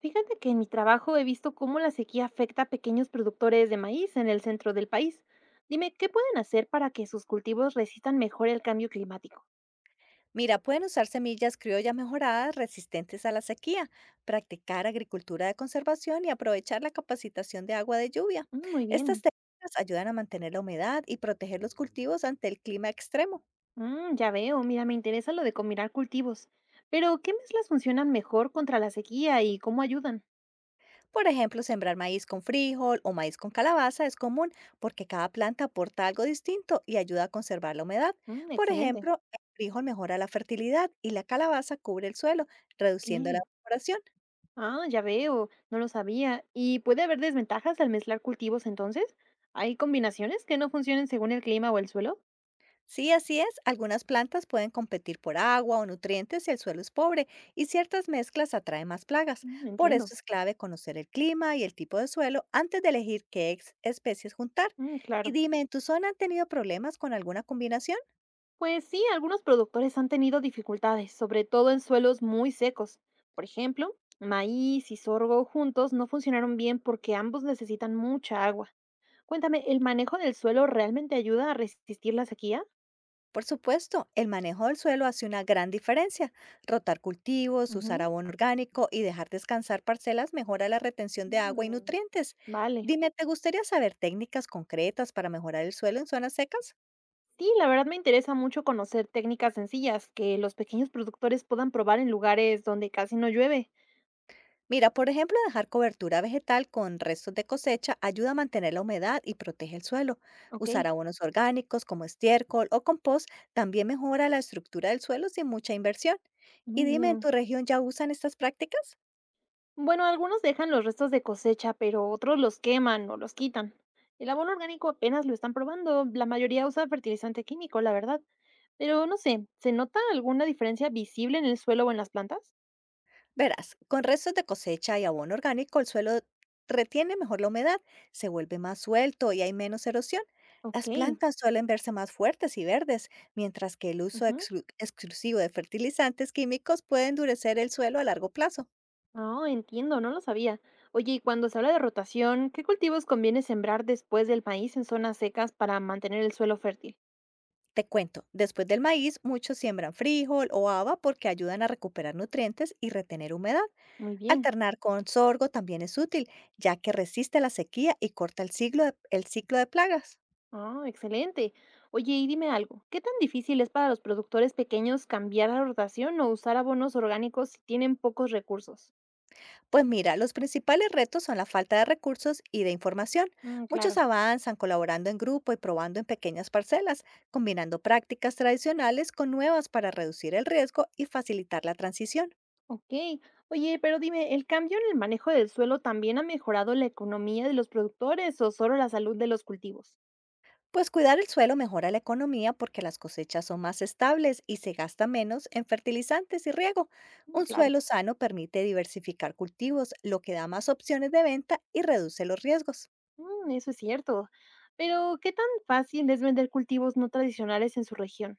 Fíjate que en mi trabajo he visto cómo la sequía afecta a pequeños productores de maíz en el centro del país. Dime, ¿qué pueden hacer para que sus cultivos resistan mejor el cambio climático? Mira, pueden usar semillas criollas mejoradas resistentes a la sequía, practicar agricultura de conservación y aprovechar la capacitación de agua de lluvia. Mm, muy Estas bien. técnicas ayudan a mantener la humedad y proteger los cultivos ante el clima extremo. Mm, ya veo, mira, me interesa lo de combinar cultivos. Pero, ¿qué mezclas funcionan mejor contra la sequía y cómo ayudan? Por ejemplo, sembrar maíz con frijol o maíz con calabaza es común porque cada planta aporta algo distinto y ayuda a conservar la humedad. Mm, Por excelente. ejemplo, el frijol mejora la fertilidad y la calabaza cubre el suelo, Ok. reduciendo la evaporación. Ah, ya veo, no lo sabía. ¿Y puede haber desventajas al mezclar cultivos entonces? ¿Hay combinaciones que no funcionen según el clima o el suelo? Sí, así es. Algunas plantas pueden competir por agua o nutrientes si el suelo es pobre y ciertas mezclas atraen más plagas. Mm, Por entiendo. eso es clave conocer el clima y el tipo de suelo antes de elegir qué especies juntar. Mm, Y claro. dime, ¿en tu zona han tenido problemas con alguna combinación? Pues sí, algunos productores han tenido dificultades, sobre todo en suelos muy secos. Por ejemplo, maíz y sorgo juntos no funcionaron bien porque ambos necesitan mucha agua. Cuéntame, ¿el manejo del suelo realmente ayuda a resistir la sequía? Por supuesto, el manejo del suelo hace una gran diferencia. Rotar cultivos, usar Ujú. abono orgánico y dejar descansar parcelas mejora la retención de agua y Mm. nutrientes. Vale. Dime, ¿te gustaría saber técnicas concretas para mejorar el suelo en zonas secas? Sí, la verdad me interesa mucho conocer técnicas sencillas que los pequeños productores puedan probar en lugares donde casi no llueve. Mira, por ejemplo, dejar cobertura vegetal con restos de cosecha ayuda a mantener la humedad y protege el suelo. Ok, Usar abonos orgánicos como estiércol o compost también mejora la estructura del suelo sin mucha inversión. Y muy dime, ¿en bien. tu región ya usan estas prácticas? Bueno, algunos dejan los restos de cosecha, pero otros los queman o los quitan. El abono orgánico apenas lo están probando. La mayoría usa fertilizante químico, la verdad. Pero no sé, ¿se nota alguna diferencia visible en el suelo o en las plantas? Verás, con restos de cosecha y abono orgánico, el suelo retiene mejor la humedad, se vuelve más suelto y hay menos erosión. Ok. Las plantas suelen verse más fuertes y verdes, mientras que el uso Ujú. Exclusivo de fertilizantes químicos puede endurecer el suelo a largo plazo. No, entiendo, no lo sabía. Oye, y cuando se habla de rotación, ¿qué cultivos conviene sembrar después del maíz en zonas secas para mantener el suelo fértil? Te cuento, después del maíz, muchos siembran frijol o haba porque ayudan a recuperar nutrientes y retener humedad. Muy bien. Alternar con sorgo también es útil, ya que resiste la sequía y corta el el ciclo de plagas. Ah, excelente. Oye, y dime algo, ¿qué tan difícil es para los productores pequeños cambiar la rotación o usar abonos orgánicos si tienen pocos recursos? Pues mira, los principales retos son la falta de recursos y de información. Mm, Muchos claro. avanzan colaborando en grupo y probando en pequeñas parcelas, combinando prácticas tradicionales con nuevas para reducir el riesgo y facilitar la transición. Ok. Oye, pero dime, ¿el cambio en el manejo del suelo también ha mejorado la economía de los productores o solo la salud de los cultivos? Pues cuidar el suelo mejora la economía porque las cosechas son más estables y se gasta menos en fertilizantes y riego. Mm, Un claro. suelo sano permite diversificar cultivos, lo que da más opciones de venta y reduce los riesgos. Mm, eso es cierto. Pero, ¿qué tan fácil es vender cultivos no tradicionales en su región?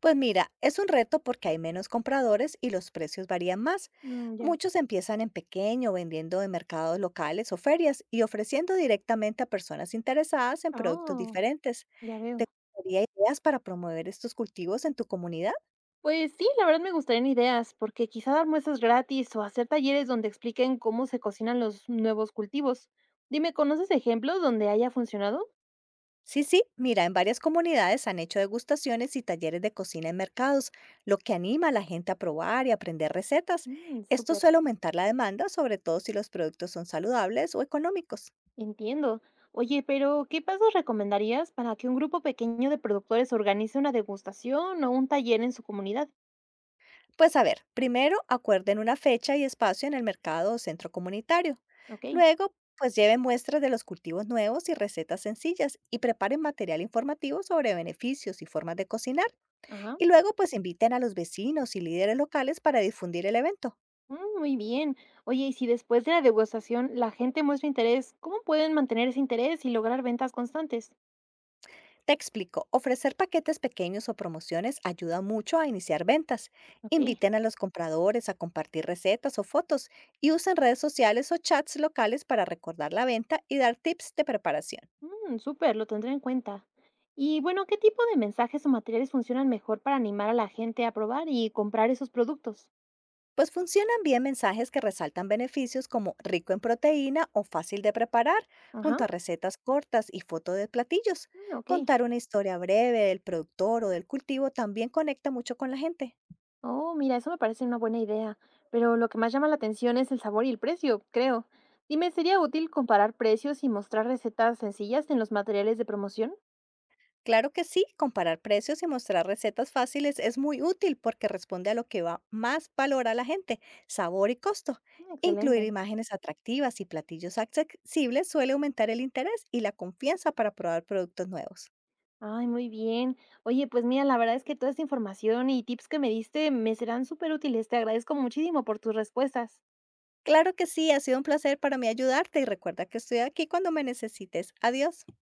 Pues mira, es un reto porque hay menos compradores y los precios varían más. Mm, ya. Muchos empiezan en pequeño, vendiendo en mercados locales o ferias y ofreciendo directamente a personas interesadas en productos Oh, diferentes. ya ¿Te veo. gustaría ideas para promover estos cultivos en tu comunidad? Pues sí, la verdad me gustarían ideas, porque quizá dar muestras gratis o hacer talleres donde expliquen cómo se cocinan los nuevos cultivos. Dime, ¿conoces ejemplos donde haya funcionado? Sí, sí, mira, en varias comunidades han hecho degustaciones y talleres de cocina en mercados, lo que anima a la gente a probar y aprender recetas. Mm, Esto súper, suele aumentar la demanda, sobre todo si los productos son saludables o económicos. entiendo. Oye, pero ¿qué pasos recomendarías para que un grupo pequeño de productores organice una degustación o un taller en su comunidad? Pues a ver, primero acuerden una fecha y espacio en el mercado o centro comunitario. Ok, Luego, pues lleven muestras de los cultivos nuevos y recetas sencillas y preparen material informativo sobre beneficios y formas de cocinar. ajá. Y luego, pues inviten a los vecinos y líderes locales para difundir el evento. Mm, muy bien. Oye, y si después de la degustación la gente muestra interés, ¿cómo pueden mantener ese interés y lograr ventas constantes? Te explico, ofrecer paquetes pequeños o promociones ayuda mucho a iniciar ventas. Ok. Inviten a los compradores a compartir recetas o fotos y usen redes sociales o chats locales para recordar la venta y dar tips de preparación. Mm, súper, lo tendré en cuenta. Y bueno, ¿qué tipo de mensajes o materiales funcionan mejor para animar a la gente a probar y comprar esos productos? Pues funcionan bien mensajes que resaltan beneficios como rico en proteína o fácil de preparar, Ajá, junto a recetas cortas y fotos de platillos. mm, ok. Contar una historia breve del productor o del cultivo también conecta mucho con la gente. Oh, mira, eso me parece una buena idea. Pero lo que más llama la atención es el sabor y el precio, creo. Dime, ¿sería útil comparar precios y mostrar recetas sencillas en los materiales de promoción? Claro que sí, comparar precios y mostrar recetas fáciles es muy útil porque responde a lo que va más valor a la gente, sabor y costo. Mm, Incluir excelente. imágenes atractivas y platillos accesibles suele aumentar el interés y la confianza para probar productos nuevos. Ay, muy bien. Oye, pues mira, la verdad es que toda esta información y tips que me diste me serán súper útiles. Te agradezco muchísimo por tus respuestas. Claro que sí, ha sido un placer para mí ayudarte y recuerda que estoy aquí cuando me necesites. Adiós.